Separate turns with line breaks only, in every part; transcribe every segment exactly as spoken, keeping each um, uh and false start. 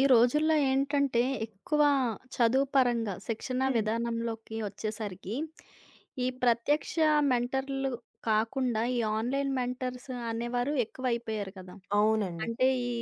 ఈ రోజుల్లో ఏంటంటే, ఎక్కువ చదువు పరంగా శిక్షణా
హ్మ్.
విధానంలోకి వచ్చేసరికి, ఈ ప్రత్యక్ష మెంటర్‌లు కాకుండా, ఈ ఆన్‌లైన్ మెంటర్స్ అనేవారు ఎక్కువైపోయారు కదా!
అవునండి.
అంటే, ఈ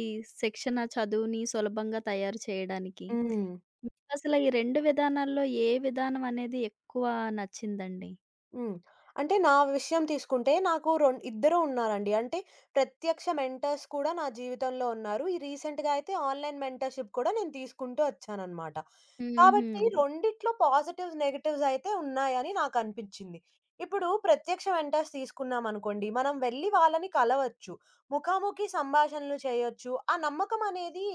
శిక్షణ చదువుని సులభంగా తయారు చేయడానికి.
హ్మ్.
మీకసల ఈ రెండు విధానాల్లో ఏ విధానం అనేది ఎక్కువ నచ్చిందండి?
హ్మ్. అంటే నా విషయం తీసుకుంటే నాకు రొం ఇద్దరు ఉన్నారండి. అంటే ప్రత్యక్ష మెంటర్స్ కూడా నా జీవితంలో ఉన్నారు. ఈ రీసెంట్‌గా అయితే ఆన్‌లైన్ మెంటర్‌షిప్ కూడా నేను తీసుకుంటూ వచ్చానన్నమాట.
హుహు.
కాబట్టి రెండిట్లో పాజిటివ్స్, నెగెటివ్స్ అయితే ఉన్నాయని నాకనిపించింది. ఇప్పుడు ప్రత్యక్ష మెంటర్స్ తీసుకున్నామనుకోండి, మనం వెళ్లి వాళ్ళని కలవచ్చు. ముఖాముఖి సంభాషణలు చేయొచ్చు. ఆ నమ్మకం అనేది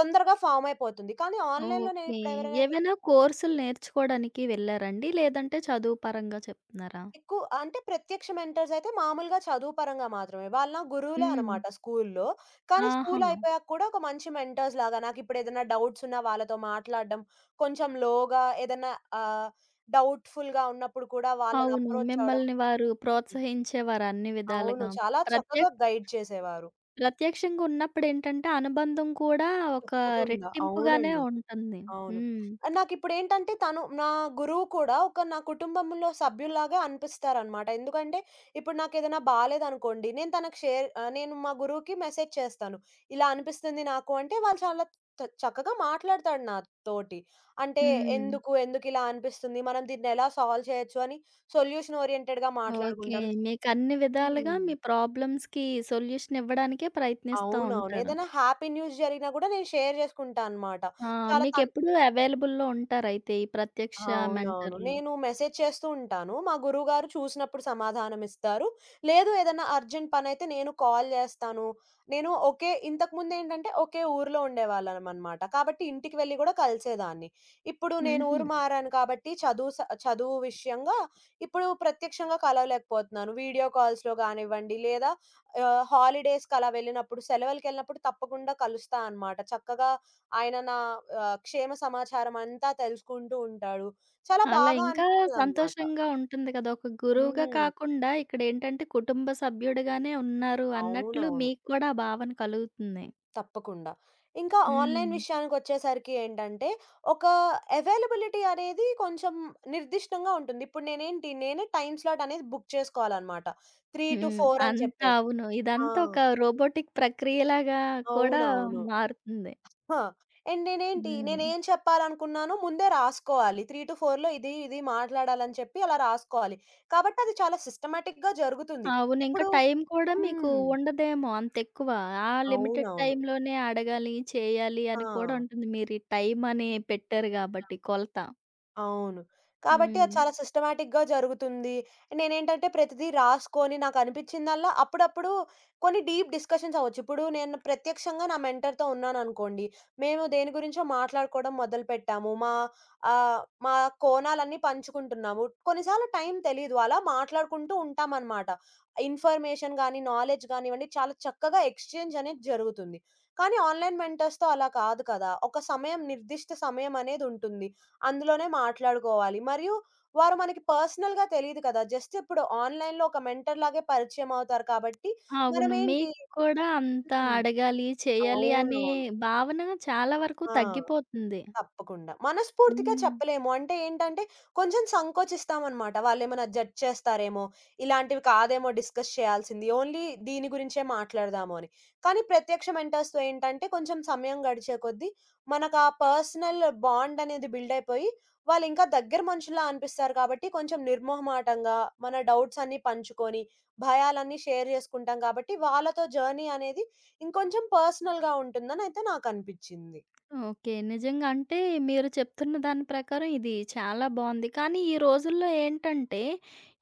తొందరగా ఫార్మ్ అయిపోతుంది. కానీ ఆన్‌లైన్‌లో నేను
ఓకే.
ఇప్పుడు ఎవరినైనా
ఏవైనా కోర్సులు నేర్చుకోవడానికి వెళ్లారండి? లేదంటే చదువు పరంగా చెప్తున్నారా?
ఎక్కువ అంటే ప్రత్యక్ష మెంటర్స్ అయితే మామూలుగా చదువు పరంగా మాత్రమే. వాళ్ళు నా గురువులే
హ్మ్.
అనమాట స్కూలులో. కానీ
ఆహా!
స్కూల్ అయిపోయాక కూడా ఒక మంచి మెంటర్స్ లాగా నాకిప్పుడు ఏదైనా డౌట్స్ ఉన్నా వాళ్ళతో మాట్లాడడం, కొంచెం లోగా ఏదన్నా ఆహ్, డౌట్‌ఫుల్‌గా ఉన్నప్పుడు కూడా వాళ్ళని
అవును.
అప్రోచ్ అవ్వడం.
మిమ్మల్ని వారు ప్రోత్సహించేవారు అన్ని
అవును.
విధాలుగా.
చాలా
ప్రత్య
చక్కగా గైడ్ చేసేవారు.
ప్రత్యక్షంగా ఉన్నప్పుడేంటంటే, అనుబంధం కూడా ఒక
తప్పకుండా.
రెట్టింపుగానే
అవునండి.
ఉంటుంది.
అవును.
హ్మ్.
ఆహ్, నాకిప్పుడేంటంటే తను నా గురువు కూడా ఒక నా కుటుంబంలో సభ్యుల్లాగా అనిపిస్తారనమాట. ఎందుకంటే ఇప్పుడు నాకేదైనా బాలేదనుకోండి, నేను తనకు షేర్ ఆహ్, నేను మా గురువుకి మెసేజ్ చేస్తాను. ఇలా అనిపిస్తుంది నాకు అంటే వాళ్ళు చాలా త చక్కగా మాట్లాడతాడు నాతోటి. అంటే ఓకే.
హ్మ్.
ఎందుకు, ఎందుకిలా అనిపిస్తుంది, మనం దీన్నెలా సాల్వ్ చేయొచ్చు అని సొల్యూషన్ ఓరియెంటెడ్‌గా
ఓకే.
మాట్లాడుకుంటాం.
మీకన్ని విధాలుగా
హ్మ్.
మీ ప్రాబ్లమ్స్‌కి సొల్యూషన్ ఇవ్వడానికే ప్రయత్నిస్తా
అవునవును.
ఉంటారు.
ఏదైనా హ్యాపీ న్యూస్ జరిగినా గూడా నేను షేర్ జేసుకుంటా అనమాట.
ఆ!
చాలా తను
మీకెప్పుడూ అవైలబుల్‌లో ఉంటారైతే ఈ ప్రత్యక్ష
అవునవును.
మెంటర్‌లు.
నేను మెసేజ్ చేస్తూ ఉంటాను. మా గురువుగారు చూసినప్పుడు సమాధానమిస్తారు. లేదు ఏదన్నా అర్జెంట్ పనైతే నేను కాల్ జేస్తాను. నేను ఒకే ఇంతకుముందేంటంటే ఒకే ఊర్లో ఉండేవాళ్ళమనమాట. కాబట్టి ఇంటికి వెళ్లి గూడా కలిసేదాన్ని. ఇప్పుడు నేను
హుహు.
ఊరు మారాను కాబట్టి చదువు స చదువు విషయంగా ఇప్పుడు ప్రత్యక్షంగా కలవలేకపోతున్నాను. వీడియో కాల్స్‌లో గానివ్వండి లేదా ఆహ్, హాలిడేస్‌కి అలా వెళ్ళినప్పుడు సెలవులకెళ్ళినప్పుడు తప్పకుండా కలుస్తా అనమాట. చక్కగా ఆయన నా ఆహ్, క్షేమ సమాచారం అంతా తెలుసుకుంటూ ఉంటాడు. చాలా
అలా
బాగా
ఇంకా
అనిపిస్తదనమాట.
సంతోషంగా ఉంటుంది కదా! ఒక గురువుగా
హ్మ్.
కాకుండా ఇక్కడేంటంటే కుటుంబ సభ్యుడుగానే ఉన్నారు అన్నట్లు
అవునవును.
మీకు కూడా ఆ భావన కలుగుతుంది.
తప్పకుండా. ఇంకా ఆన్‌లైన్
హ్మ్.
విషయానికొచ్చేసరికి ఏంటంటే, ఒక అవైలబిలిటీ అనేది కొంచెం నిర్దిష్టంగా ఉంటుంది. ఇప్పుడు నేనేంటి, నేనే టైమ్ స్లాట్ అనేది బుక్ చేసుకోవాలనమాట.
హ్మ్.
మూడు నాలుగు అని
అంతా
చెప్పేసి.
అవును.
ఆ!
ఇదంతా ఒక రోబోటిక్ ప్రక్రియలాగా కూడా
అవునవును.
మారుతుంది.
ఆ! అండ్ నేనేంటి,
హ్మ్.
నేనేం చెప్పాలనుకున్నానో ముందే రాసుకోవాలి. మూడు నాలుగు-4లో ఇది, ఇది మాట్లాడాలని చెప్పి అలా రాసుకోవాలి. కాబట్టి అది చాలా సిస్టమాటిక్‌గా జరుగుతుంది.
అవును. ఇంకా
ఇప్పుడు
టైం కూడా మీకు
హ్మ్.
ఉండదేమో అంతెక్కువ. ఆ లిమిటెడ్
అవునవును.
టైంలోనే అడగాలి, చేయాలి
ఆ!
అని కూడా ఉంటుంది. మీరు ఈ టైం అని పెట్టారు గాబట్టి కొలత.
అవును. కాబట్టి అది
హ్మ్.
చాలా సిస్టమాటిక్‌గా జరుగుతుంది. నేనేంటంటే ప్రతిదీ రాసుకొని నాకనిపించిందల్లా అప్పుడప్పుడు కొన్ని డీప్ డిస్కషన్స్ అవ్వచ్చు. ఇప్పుడు నేను ప్రత్యక్షంగా నా మెంటర్‌తో ఉన్నాననుకోండి. మేము దేని గురించో మాట్లాడుకోవడం మొదలుపెట్టాము. మా ఆహ్, మా కోణాలన్నీ పంచుకుంటున్నాము. కొన్నిసార్లు టైం తెలీదు. అలా మాట్లాడుకుంటూ ఉంటామనమాట. ఇన్ఫర్మేషన్ గాని, నాలెడ్జ్ గానివ్వండి చాలా చక్కగా ఎక్స్‌చేంజ్ అనేది జరుగుతుంది. కానీ ఆన్‌లైన్ మెంటర్స్‌తో అలా కాదు కదా! ఒక సమయం నిర్దిష్ట సమయం అనేదుంటుంది. అందులోనే మాట్లాడుకోవాలి. మరియు వారు మనకి పర్సనల్‌గా తెలీదు కదా! జస్ట్ ఇప్పుడు ఆన్‌లైన్‌లో ఒక మెంటర్ లాగే పరిచయం అవుతారు కాబట్టి
అవును.
మనమేంటి
మీకు కూడా అంత
హ్మ్.
అడగాలి, చేయాలి అనే
అవునవును.
భావన చాలా వరకు
ఆ!
తగ్గిపోతుంది.
తప్పకుండా. మనస్ఫూర్తిగా
హ్మ్.
చెప్పలేము. అంటే ఏంటంటే, కొంచెం సంకోచిస్తామనమాట. వాళ్ళేమైనా జడ్జ్ చేస్తారేమో, ఇలాంటివి కాదేమో డిస్కస్ చేయాల్సింది. ఓన్లీ దీని గురించే మాట్లాడదాము అని. కానీ ప్రత్యక్ష మెంటర్స్‌తో ఏంటంటే, కొంచెం సమయం గడిచే కొద్దీ మనకు ఆ పర్సనల్ బాండ్ అనేది బిల్డ్ అయిపోయి, వాళ్ళింకా దగ్గర మనుషుల్లా అనిపిస్తారు కాబట్టి, కొంచెం నిర్మొహమాటంగా మన డౌట్స్ అన్నీ పంచుకొని, భయాలన్నీ షేర్ చేసుకుంటాం కాబట్టి, వాళ్ళతో జర్నీ అనేది ఇంకొంచెం పర్సనల్‌గా ఉంటుందనయితే నాకనిపిచ్చింది.
ఓకే. నిజంగా అంటే మీరు చెప్తున్న దాని ప్రకారం ఇది చాలా బావుంది. కానీ ఈ రోజుల్లో ఏంటంటే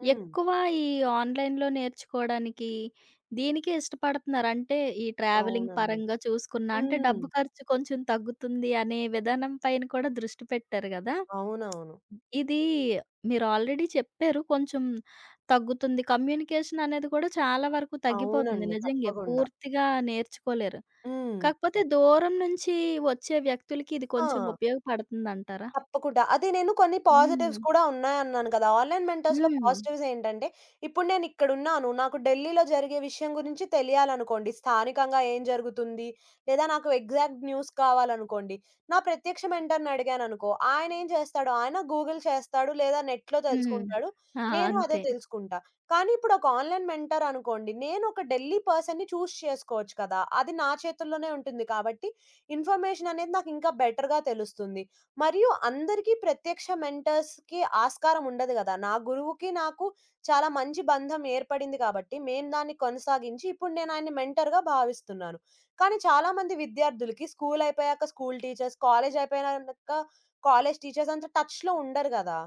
హ్మ్.
ఎక్కువ ఈ ఆన్‌లైన్‌లో నేర్చుకోవడానికి దీనికే ఇష్టపడుతున్నారు. అంటే ఈ ట్రావెలింగ్
అవునండి.
పరంగా చూసుకున్నా అంటే
హ్మ్.
డబ్బు ఖర్చు కొంచెం తగ్గుతుంది అనే విధానం పైన కూడా దృష్టి పెట్టారు గదా!
అవునవును.
ఇది మీరు ఆల్రెడీ చెప్పారు కొంచెం తగ్గుతుంది. కమ్యూనికేషన్ అనేది కూడా చాలా వరకు తగ్గిపోతుంది
అవునండి.
నిజంగే.
తప్పకుండా.
పూర్తిగా నేర్చుకోలేరు.
హ్మ్.
కాకపోతే దూరం నుంచి వచ్చే వ్యక్తులకి ఇది కొంచెం
ఆ!
ఉపయోగపడుతుందంటారా?
తప్పకుండా. అదే నేను కొన్ని
హ్మ్.
పాజిటివ్స్ కూడా ఉన్నాయన్నాను కదా! ఆన్‌లైన్ మెంటర్స్‌లో
హ్మ్.
పాజిటివ్స్ ఏంటంటే, ఇప్పుడు నేనిక్కడున్నాను. నాకు ఢిల్లీలో జరిగే విషయం గురించి తెలియాలనుకోండి, స్థానికంగా ఏం జరుగుతుంది? లేదా నాకు ఎగ్జాక్ట్ న్యూస్ కావాలనుకోండి, నా ప్రత్యక్ష మెంటర్‌ని అడిగాననుకో, ఆయనేం చేస్తాడు? ఆయన గూగుల్ చేస్తాడు, లేదా నెట్‌లో
హ్మ్.
తెలుసుకుంటాడు.
ఆ!
నేను అదే
అంతే.
తెలుసుకుంటా. కానీ ఇప్పుడు ఒక ఆన్‌లైన్ మెంటర్ అనుకోండి, నేనొక ఢిల్లీ పర్సన్‌ని చూస్ చేసుకోవచ్చు కదా! అది నా చేతుల్లోనే ఉంటుంది కాబట్టి, ఇన్ఫర్మేషన్ అనేది నాకు ఇంకా బెటర్‌గా తెలుస్తుంది. మరియు అందరికీ ప్రత్యక్ష మెంటర్స్‌కి ఆస్కారం ఉండదు గదా! నా గురువుకి, నాకు చాలా మంచి బంధం ఏర్పడింది కాబట్టి, మేము దాన్ని కొనసాగించి ఇప్పుడు నేను ఆయన్ని మెంటర్‌గా భావిస్తున్నాను. కానీ చాలామంది విద్యార్థులకి స్కూల్ అయిపోయాక స్కూల్ టీచర్స్, కాలేజ్ అయిపోయినాక కాలేజ్ టీచర్స్ అంత టచ్‌లో ఉండరు గదా!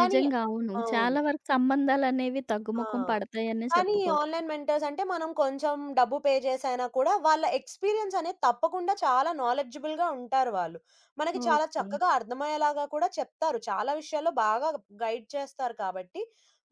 కానీ
అవును.
అవును.
చాలా వరకు సంబంధాలనేవి
ఆ!
తగ్గుముఖం పడతాయనే
కానీ
చెప్పుకోవచ్చు.
ఆన్‌లైన్ మెంటర్స్ అంటే మనం కొంచెం డబ్బు పే చేసైనా కూడా వాళ్ళ ఎక్స్‌పీరియన్స్ అనేది తప్పకుండా చాలా నాలెడ్జబుల్‌గా ఉంటారు వాళ్ళు. మనకి చాలా
ఓకే.
చక్కగా అర్థమయ్యేలాగా కూడా చెప్తారు. చాలా విషయాల్లో బాగా గైడ్ చేస్తారు కాబట్టి,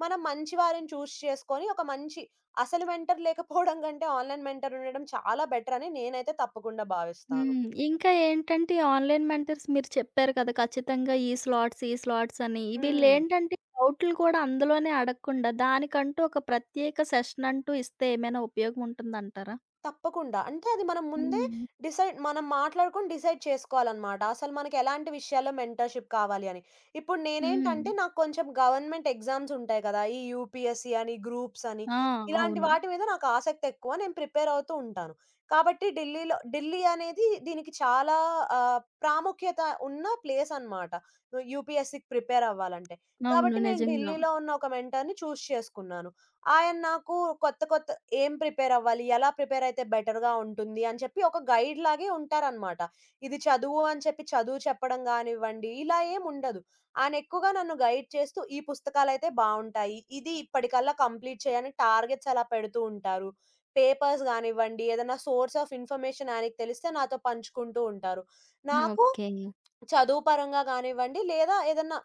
మనం మంచి వారిని చూస్ చేసుకొని ఒక మంచి అసలు మెంటర్ లేకపోవడం కంటే ఆన్‌లైన్ మెంటర్ ఉండడం చాలా బెటర్ అని నేనైతే తప్పకుండా భావిస్తాను.
హ్మ్. ఇంకా ఏంటంటే ఈ ఆన్‌లైన్ మెంటర్స్ మీరు చెప్పారు కదా! ఖచ్చితంగా ఈ స్లాట్స్, ఈ స్లాట్స్ అని.
హ్మ్.
వీళ్ళేంటంటే డౌట్లు కూడా అందులోనే అడగకుండా దానికంటూ ఒక ప్రత్యేక సెషన్ అంటూ ఇస్తే ఏమైనా ఉపయోగం ఉంటుందంటారా?
తప్పకుండా. అంటే అది మనం ముందే
హ్మ్.
డిసైడ్ మనం మాట్లాడుకొని డిసైడ్ చేసుకోవాలనమాట. అసలు మనకి ఎలాంటి విషయాల్లో మెంటర్‌షిప్ కావాలి అని. ఇప్పుడు
హ్మ్.
నేనేంటంటే నాకు కొంచెం గవర్నమెంట్ ఎగ్జామ్స్ ఉంటాయి కదా! ఈ యూపీఎస్‌సి అని, గ్రూప్స్ అని
ఆ!
ఇలాంటి
అవును.
వాటి మీద నాకు ఆసక్తి ఎక్కువ. నేను ప్రిపేర్ అవుతూ ఉంటాను. కాబట్టి ఢిల్లీలో ఢిల్లీ అనేది దీనికి చాలా ఆహ్, ప్రాముఖ్యత ఉన్న ప్లేస్ అనమాట. యూపీఎస్‌సికి ప్రిపేర్ అవ్వాలంటే.
అవును.
కాబట్టి నేను
నిజంగా.
ఢిల్లీలో ఉన్న ఒక మెంటర్‌ని చూజ్ చేసుకున్నాను. ఆయన నాకు కొత్త కొత్త ఏం ప్రిపేరవ్వాలి? ఎలా ప్రిపేరయితే బెటర్‌గా ఉంటుంది అని చెప్పి ఒక గైడ్‌లాగే ఉంటారనమాట. ఇది చదువు అని చెప్పి చదువు చెప్పడం గానివ్వండి, ఇలా ఏముండదు. ఆయన ఎక్కువగా నన్ను గైడ్ చేస్తూ ఈ పుస్తకాలయితే బావుంటాయి. ఇది ఇప్పటికల్లా కంప్లీట్ చేయని టార్గెట్స్ అలా పెడుతూ ఉంటారు. పేపర్స్ గానివ్వండి, ఏదైనా సోర్స్ ఆఫ్ ఇన్ఫర్మేషన్ ఆయనకి తెలిస్తే నాతో పంచుకుంటూ ఉంటారు. నాకు
ఓకే.
చదువు పరంగా గానివ్వండి, లేదా ఏదన్నా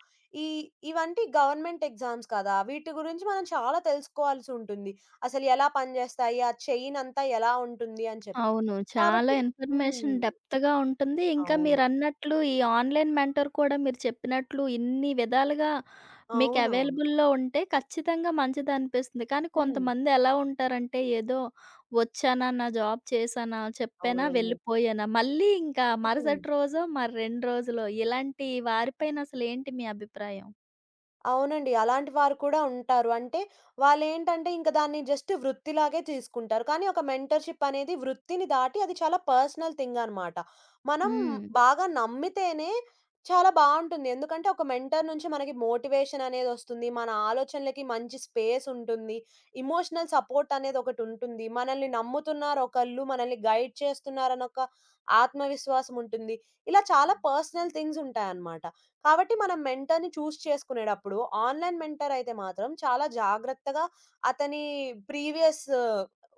ఈ ఇవంటి గవర్నమెంట్ ఎగ్జామ్స్ కదా! వీటి గురించి మనం చాలా తెలుసుకోవాల్సుంటుంది. అసలు ఎలా పనిజేస్తాయి? ఆ చైన్ అంతా ఎలా ఉంటుంది? అని చెప్పి.
అవును. చాలా
కాబట్టి
ఇన్ఫర్మేషన్
హ్మ్.
డెప్త్‌గా ఉంటుంది. ఇంకా
అవును.
మీరన్నట్లు ఈ ఆన్‌లైన్ మెంటర్ కూడా మీరు చెప్పినట్లు ఇన్ని విధాలుగా మీకు
అవునవును.
అవైలబుల్‌లో ఉంటే ఖచ్చితంగా మంచిదనిపిస్తుంది. కానీ
హ్మ్.
కొంతమంది ఎలా ఉంటారంటే ఏదో వచ్చానా, నా జాబ్ చేశానా, చెప్పానా,
అవునండి.
వెళ్ళిపోయానా, మళ్ళీ ఇంకా
హ్మ్.
మరుసటి రోజో, మరి రెండు రోజులో ఇలాంటి వారిపైన అసలేంటి మీ అభిప్రాయం?
అవునండి. అలాంటి వారు కూడా ఉంటారు. అంటే వాళ్ళేంటంటే ఇంక దాన్ని జస్ట్ వృత్తిలాగే తీసుకుంటారు. కానీ ఒక మెంటర్‌షిప్ అనేది వృత్తిని దాటి అది చాలా పర్సనల్ థింగ్ అనమాట. మనం
హ్మ్.
బాగా నమ్మితేనే చాలా బావుంటుంది. ఎందుకంటే ఒక మెంటర్ నుంచి మనకి మోటివేషన్ అనేదొస్తుంది. మన ఆలోచనలకి మంచి స్పేస్ ఉంటుంది. ఎమోషనల్ సపోర్ట్ అనేదొకటుంటుంది. మనల్ని నమ్ముతున్నారు ఒకళ్ళు, మనల్ని గైడ్ చేస్తున్నారనొక ఆత్మవిశ్వాసం ఉంటుంది. ఇలా చాలా పర్సనల్ థింగ్స్ ఉంటాయన్నమాట. కాబట్టి మనం మెంటర్‌ని చూజ్ చేసుకునేటప్పుడు ఆన్‌లైన్ మెంటర్ అయితే మాత్రం చాలా జాగ్రత్తగా అతని ప్రీవియస్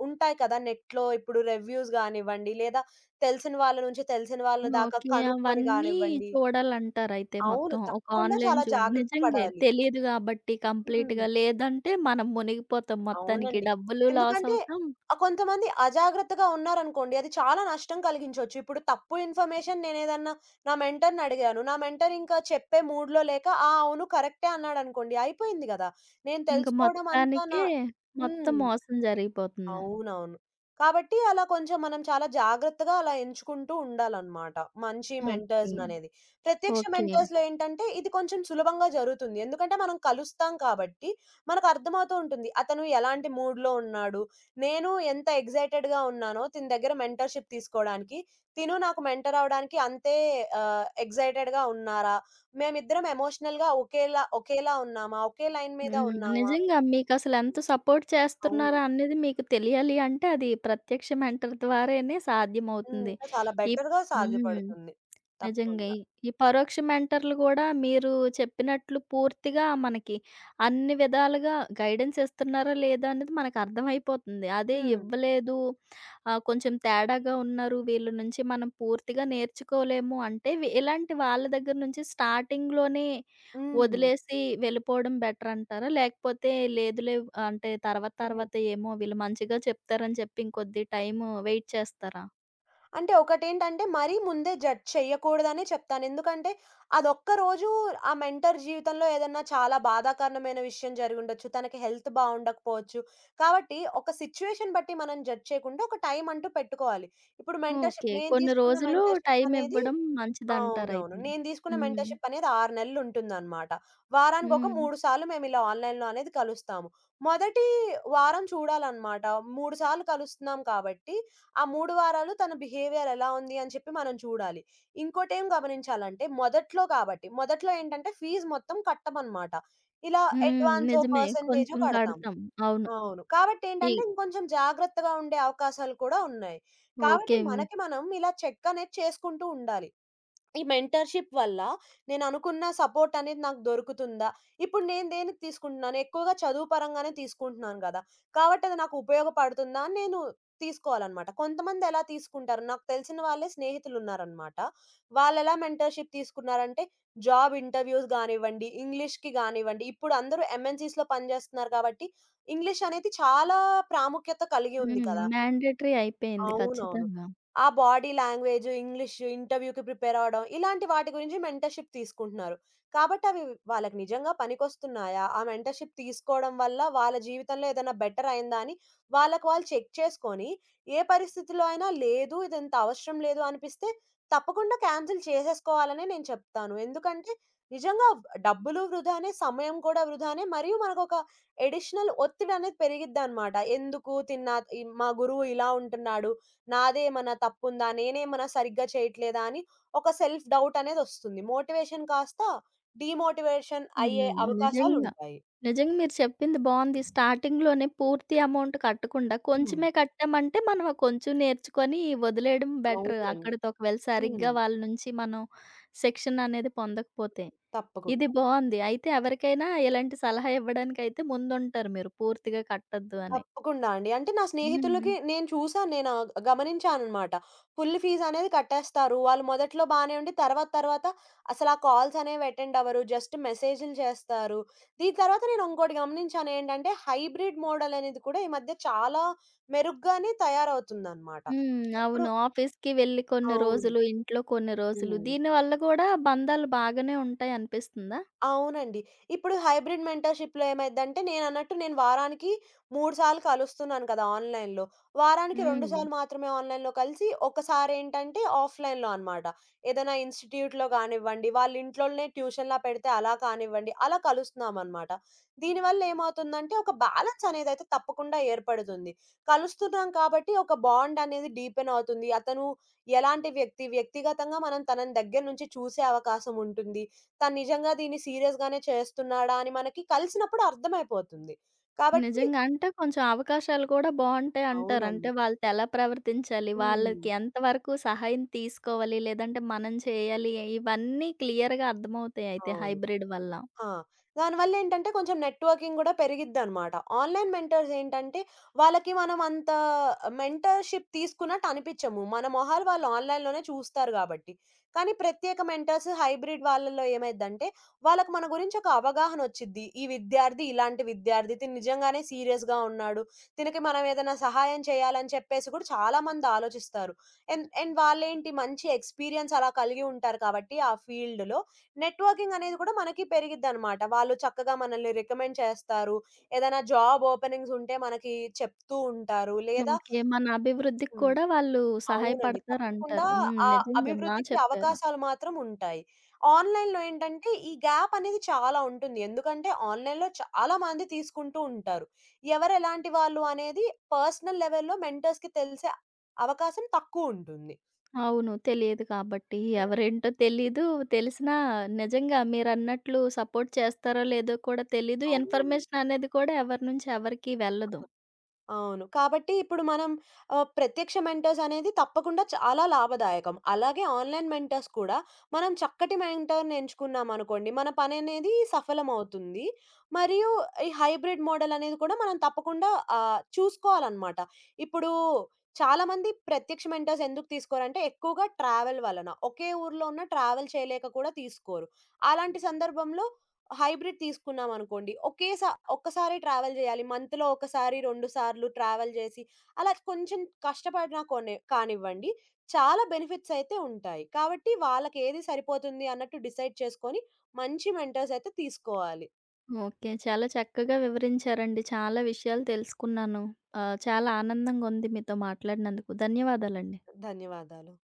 ఉంటాయి కదా! నెట్‌లో ఇప్పుడు రివ్యూస్ గానివ్వండి, లేదా తెలిసిన వాళ్ళ నుంచి తెలిసిన వాళ్ళ దాకా
ఓకే.
కనుక్కొని
అవన్నీ
గానివ్వండి
చూడాలంటారయితే
అవును.
మొత్తం. ఒక
తప్పకుండా
ఆన్‌లైన్
చాలా
చూ
జాగ్రత్త
నిజంగే
పడాలి.
తెలీదు గాబట్టి
హ్మ్.
కంప్లీట్‌గా. లేదంటే మనం మునిగిపోతాం మొత్తానికి.
అవునండి.
డబ్బులు లాస్
ఎందుకంటే
అవుతాం.
ఆహ్, కొంతమంది అజాగ్రత్తగా ఉన్నారనుకోండి. అది చాలా నష్టం కలిగించొచ్చు. ఇప్పుడు తప్పు ఇన్ఫర్మేషన్ నేనేదన్నా నా మెంటర్‌ని అడిగాను. నా మెంటర్ ఇంకా చెప్పే మూడ్‌లో లేక, ఆ! అవును కరెక్టే అన్నాడనుకోండి. అయిపోయింది గదా! నేను
ఇంక
తెలుసుకోవడం అంతా నా
మొత్తానికే
హ్మ్.
మొత్తం మోసం జరిగిపోతుంది.
అవునవును. కాబట్టి అలా కొంచెం మనం చాలా జాగ్రత్తగా అలా ఎంచుకుంటూ ఉండాలనమాట. మంచి
ఓకే.
మెంటర్స్‌ననేది. ప్రత్యక్ష
ఓకే.
మెంటర్స్‌లో ఏంటంటే ఇది కొంచెం సులభంగా జరుగుతుంది. ఎందుకంటే మనం కలుస్తాం కాబట్టి మనకు అర్థమవుతూ ఉంటుంది. అతను ఎలాంటి మూడ్‌లో ఉన్నాడు, నేను ఎంత ఎక్సైటెడ్‌గా ఉన్నానో తిన దగ్గర మెంటర్‌షిప్ తీసుకోవడానికి, తిను నాకు మెంటర్ అవ్వడానికి అంతే ఆహ్, ఎక్సైటెడ్‌గా ఉన్నారా, మేమిద్దరం ఎమోషనల్‌గా ఒకేలా ఒకేలా ఉన్నామా, ఒకే లైన్ మీద
హ్మ్.
ఉన్నామా
నిజంగా మీకసలెంత సపోర్ట్
అవును.
చేస్తున్నారో అనేది మీకు తెలియాలి అంటే అది ప్రత్యక్ష మెంటర్ ద్వారానే
హ్మ్.
సాధ్యమవుతుంది.
ఇంకా చాలా
ఇప్
బెటర్‌గా
హ్మ్.
సాధ్యపడుతుంది.
నిజంగా.
తప్పకుండా.
ఈ ఈ పరోక్ష మెంటర్‌లు గూడా మీరు చెప్పినట్లు పూర్తిగా మనకి అన్ని విధాలుగా గైడెన్స్ ఇస్తున్నారా లేదా అనేది మనకర్థమైపోతుంది. అదే
హ్మ్.
ఇవ్వలేదు, ఆహ్, కొంచెం తేడాగా ఉన్నారు, వీళ్ళ నుంచి మనం పూర్తిగా నేర్చుకోలేము అంటే వి ఇలాంటి వాళ్ళ దగ్గర నుంచి స్టార్టింగ్‌లోనే
హ్మ్.
వదిలేసి వెళ్ళిపోవడం బెటర్ అంటారా? లేకపోతే లేదులే అంటే తర్వాత
హుహు.
తర్వాత ఏమో వీళ్ళు మంచిగా చెప్తారని చెప్పి ఇంకొద్ది టైము వెయిట్ చేస్తారా?
అంటే ఒకటేంటంటే మరీ ముందే జడ్జ్ చెయ్యకూడదనే చెప్తాను. ఎందుకంటే అదొక్క రోజు ఆ మెంటర్ జీవితంలో ఏదన్నా చాలా బాధాకరణమైన విషయం జరిగుండొచ్చు. తనకి హెల్త్ బావుండకపోవచ్చు. కాబట్టి ఒక సిట్యుయేషన్ బట్టి మనం జడ్జ్ చేయకుండా ఒక టైం అంటూ పెట్టుకోవాలి. ఇప్పుడు
ఓకే.
మెంటర్‌షిప్ నేను
కొన్ని
తీసుకున్న
రోజులు
మెంటర్‌షిప్ అనేది
టైమివ్వడం
అవునవును.
మంచిదంటారయితే.
నేను తీసుకున్న
హ్మ్.
మెంటర్‌షిప్ అనేది ఆరు నెలలుంటుందనమాట. వారానికొక
హ్మ్.
మూడు సార్లు మేమిలా ఆన్‌లైన్‌లో అనేది కలుస్తాము. మొదటి వారం చూడాలనమాట. మూడు సార్లు కలుస్తున్నాం కాబట్టి, ఆ మూడు వారాలు తన బిహేవియర్ ఎలా ఉంది అని చెప్పి మనం చూడాలి. ఇంకోటేం గమనించాలంటే మొదట్లో కాబట్టి, మొదట్లో ఏంటంటే ఫీజు మొత్తం కట్టమనమాట. ఇలా
హ్మ్.
అడ్వాన్సో,
నిజమే.
పర్సెంటేజో
కొంచెం
కడతాము.
గడతాం. అవును.
అవును.
ఈ
కాబట్టేంటంటే ఇంకొంచెం జాగ్రత్తగా ఉండే అవకాశాలు కూడా ఉన్నాయి. కాబట్టి
ఓకే.
మనకి మనం ఇలా చెక్ అనేది చేసుకుంటూ ఉండాలి. ఈ మెంటర్‌షిప్ వల్ల నేననుకున్న సపోర్ట్ అనేది నాకు దొరుకుతుందా? ఇప్పుడు నేను దేనికి తీసుకుంటున్నాను? ఎక్కువగా చదువు పరంగానే తీసుకుంటున్నాను గదా! కాబట్టి అది నాకు ఉపయోగపడుతుందా అని నేను తీసుకోవాలనమాట. కొంతమందెలా తీసుకుంటారు, నాకు తెలిసిన వాళ్ళే స్నేహితులున్నారనమాట. వాళ్ళెలా మెంటర్‌షిప్ తీసుకున్నారంటే, జాబ్ ఇంటర్‌వ్యూస్ గానివ్వండి, ఇంగ్లీష్‌కి గానివ్వండి, ఇప్పుడు అందరూ ఎంఎన్‌సీస్‌లో పనిజేస్తున్నారు కాబట్టి, ఇంగ్లీష్ అనేది చాలా ప్రాముఖ్యత కలిగి ఉంది
హ్మ్.
కదా!
మ్యాండేటరీ అయిపోయింది
అవునవును.
ఖచ్చితంగా.
ఆ బాడీ లాంగ్వేజ్, ఇంగ్లీష్, ఇంటర్వ్యూకి ప్రిపేర్ అవ్వడం ఇలాంటి వాటి గురించి మెంటర్‌షిప్ తీసుకుంటున్నారు. కాబట్టి అవి వాళ్ళకి నిజంగా పనికొస్తున్నాయా? ఆ మెంటర్‌షిప్ తీసుకోవడం వల్ల వాళ్ళ జీవితంలో ఏదైనా బెటర్ అయిందా అని వాళ్ళకి వాళ్ళు చెక్ చేసుకొని, ఏ పరిస్థితిలో అయినా లేదు ఇదంత అవసరం లేదు అనిపిస్తే తప్పకుండా క్యాన్సిల్ చేసేసుకోవాలనే నేను చెప్తాను. ఎందుకంటే నిజంగా డబ్బులు వృధానే, సమయం కూడా వృధానే మరియు మనకొక ఎడిషనల్ ఒత్తిడనేది పెరిగిద్దనమాట. ఎందుకు తిన్నా ఈ మా గురువు ఇలా ఉంటున్నాడు. నాదేమన్నా తప్పుందా? నేనేమన్నా సరిగ్గా చేయట్లేదా? అని ఒక సెల్ఫ్ డౌటనేదొస్తుంది. మోటివేషన్ కాస్త డీమోటివేషన్ అయ్యే
హ్మ్. నిజంగా.
అవకాశాలుంటాయి.
నిజంగా మీరు చెప్పింది బావుంది. స్టార్టింగ్‌లోనే పూర్తి అమౌంట్ కట్టకుండా
హ్మ్.
కొంచెమే కట్టామంటే మనం ఆ కొంచెం నేర్చుకొని వదిలేయడం
అది.
బెటర్.
అవునండి.
అక్కడితో ఒకవేళ
హ్మ్.
సరిగ్గా వాళ్ళ నుంచి మనం శిక్షణ అనేది పొందకపోతే. ఇది
తప్పకుండా.
బావుంది. అయితే ఎవరికైనా ఇలాంటి సలహా ఇవ్వడానికైతే ముందుంటారు మీరు. పూర్తిగా కట్టొద్దు అని.
తప్పకుండా అండి. అంటే నా స్నేహితులకి
హ్మ్.
నేను చూసాను. నేను ఆహ్, గమనించాననమాట. ఫుల్ ఫీజనేది కట్టేస్తారు. వాళ్ళు మొదట్లో బానే ఉండి తర్వాత తర్వాత అసలా కాల్సనేవి అటెండ్ అవ్వరు. జస్ట్ మెసేజులు చేస్తారు. దీని తర్వాత నేను ఇంకోటి గమనించాను ఏంటంటే, హైబ్రిడ్ మోడలనేది కూడా ఈ మధ్య చాలా మెరుగ్గానే తయారవుతుందనమాట.
హ్మ్.
ఇప్పుడు
అవును. ఆఫీస్‌కి వెళ్లి కొన్ని
అవును.
రోజులు, ఇంట్లో కొన్ని రోజులు.
హ్మ్.
దీనివల్ల గూడా బంధాలు బాగానే ఉంటాయనిపిస్తుందా?
అవునండి. ఇప్పుడు హైబ్రిడ్ మెంటర్‌షిప్‌లో ఏమైద్దంటే నేనన్నట్టు నేను వారానికి మూడు సార్లు కలుస్తున్నాను కదా! ఆన్‌లైన్‌లో. వారానికి రెండు
హ్మ్.
సార్లు మాత్రమే ఆన్‌లైన్‌లో కలిసి, ఒకసారేంటంటే ఆఫ్‌లైన్‌లో అనమాట. ఏదైనా ఇన్‌స్టిట్యూట్‌లో కానివ్వండి, వాళ్ళ ఇంట్లోనే ట్యూషన్‌లా పెడితే అలా కానివ్వండి, అలా కలుస్తున్నామనమాట. దీనివల్ల ఏమవుతుందంటే ఒక బ్యాలెన్స్ అనేదైతే తప్పకుండా ఏర్పడుతుంది. కలుస్తున్నాం కాబట్టి ఒక బాండ్ అనేది డీపెన్ అవుతుంది. అతను ఎలాంటి వ్యక్తి, వ్యక్తిగతంగా మనం తనని దగ్గర నుంచి చూసే అవకాశం ఉంటుంది. తను నిజంగా దీన్ని సీరియస్ గానే చేస్తున్నాడా అని మనకి కలిసినప్పుడు అర్థమైపోతుంది. కాబట్టి
నిజంగా. అంటే కొంచెం అవకాశాలు కూడా బావుంటాయి అంటారు.
అవునండి.
అంటే వాళ్ళతో ఎలా ప్రవర్తించాలి?
హ్మ్.
వాళ్ళకి ఎంతవరకు సహాయం తీసుకోవాలి? లేదంటే మనం చేయాలి? ఇవన్నీ క్లియర్‌గా అర్థమవుతాయి అయితే
అవును.
హైబ్రిడ్ వల్ల.
ఆ! దానివల్లేంటంటే కొంచెం నెట్‌వర్కింగ్ గూడా పెరిగిద్దనమాట. ఆన్‌లైన్ మెంటర్స్ ఏంటంటే, వాళ్ళకి మనం అంత మెంటర్‌షిప్ తీసుకున్నట్టు అనిపిచ్చము. మన మొహాలు వాళ్ళు ఆన్‌లైన్‌లోనే చూస్తారు గాబట్టి. కానీ ప్రత్యేక మెంటర్స్, హైబ్రిడ్ వాళ్ళలో ఏమైద్దంటే, వాళ్ళకి మన గురించి ఒక అవగాహనొచ్చిద్ది. ఈ విద్యార్థి ఇలాంటి విద్యార్థి, తిను నిజంగానే సీరియస్‌గా ఉన్నాడు. తినకి మనం ఏదైనా సహాయం చేయాలని చెప్పేసి గూడా చాలామంది ఆలోచిస్తారు. అండ్, అండ్ వాళ్ళేంటి మంచి ఎక్స్‌పీరియన్స్ అలా కలిగి ఉంటారు కాబట్టి ఆ ఫీల్డ్‌లో నెట్వర్కింగ్ అనేది కూడా మనకి పెరిగిద్దనమాట. వాళ్ళు చక్కగా మనల్ని రికమెండ్ చేస్తారు. ఏదైనా జాబ్ ఓపెనింగ్స్ ఉంటే మనకి చెప్తూ ఉంటారు. లేదా
ఓకే. మన అభివృద్ధికి
హ్మ్.
కూడా వాళ్ళు
అవునండి. తప్పకుండా
సహాయపడతారంటారు. హ్మ్.
ఆ
నిజంగా బా
అభివృద్ధికి
చెప్పారు.
అవకాశాలు మాత్రం ఉంటాయి. ఆన్‌లైన్‌లో ఏంటంటే ఈ గ్యాప్ అనేది చాలా ఉంటుంది. ఎందుకంటే ఆన్‌లైన్‌లో చాలా మంది తీసుకుంటూ ఉంటారు. ఎవరెలాంటి వాళ్ళు అనేది పర్సనల్ లెవెల్‌లో మెంటర్స్‌కి తెలిసే అవకాశం తక్కువుంటుంది.
అవును. తెలియదు కాబట్టి
హ్మ్.
ఎవరేంటో తెలీదు. తెలిసినా నిజంగా మీరన్నట్లు సపోర్ట్ చేస్తారో లేదో కూడా తెలీదు.
అవునండి.
ఇన్ఫర్మేషన్ అనేది కూడా ఎవరి నుంచి ఎవరికీ వెళ్ళదు.
అవును. కాబట్టి ఇప్పుడు మనం ఆహ్, ప్రత్యక్ష మెంటర్స్ అనేది తప్పకుండా చాలా లాభదాయకం. అలాగే ఆన్‌లైన్ మెంటర్స్ కూడా మనం చక్కటి మెంటర్‌ని ఎంచుకున్నామనుకోండి, మన పననేది సఫలమవుతుంది. మరియు ఈ హైబ్రిడ్ మోడల్ అనేది కూడా మనం తప్పకుండా ఆహ్, చూసుకోవాలనమాట. ఇప్పుడు చాలామంది ప్రత్యక్ష మెంటర్స్ ఎందుకు తీసుకోరంటే ఎక్కువగా ట్రావెల్ వలన. ఒకే ఊర్లో ఉన్న ట్రావెల్ చేయలేక కూడా తీసుకోరు. అలాంటి సందర్భంలో హైబ్రిడ్ తీసుకున్నాం అనుకోండి. ఒకేసా ఒక్కసారే ట్రావెల్ జేయాలి. మంత్‌లో ఒకసారి, రెండు సార్లు ట్రావెల్ జేసి, అలా కొంచెం కష్టపడినా కొనే కానివ్వండి, చాలా బెనిఫిట్స్ అయితే ఉంటాయి. కాబట్టి వాళ్ళకేది సరిపోతుంది అన్నట్టు డిసైడ్ చేసుకొని, మంచి మెంటర్స్ అయితే తీసుకోవాలి.
ఓకే. చాలా చక్కగా వివరించారండి. చాలా విషయాలు తెలుసుకున్నాను. ఆహ్, చాలా ఆనందంగా ఉంది మీతో మాట్లాడినందుకు. ధన్యవాదాలండి.
ధన్యవాదాలు.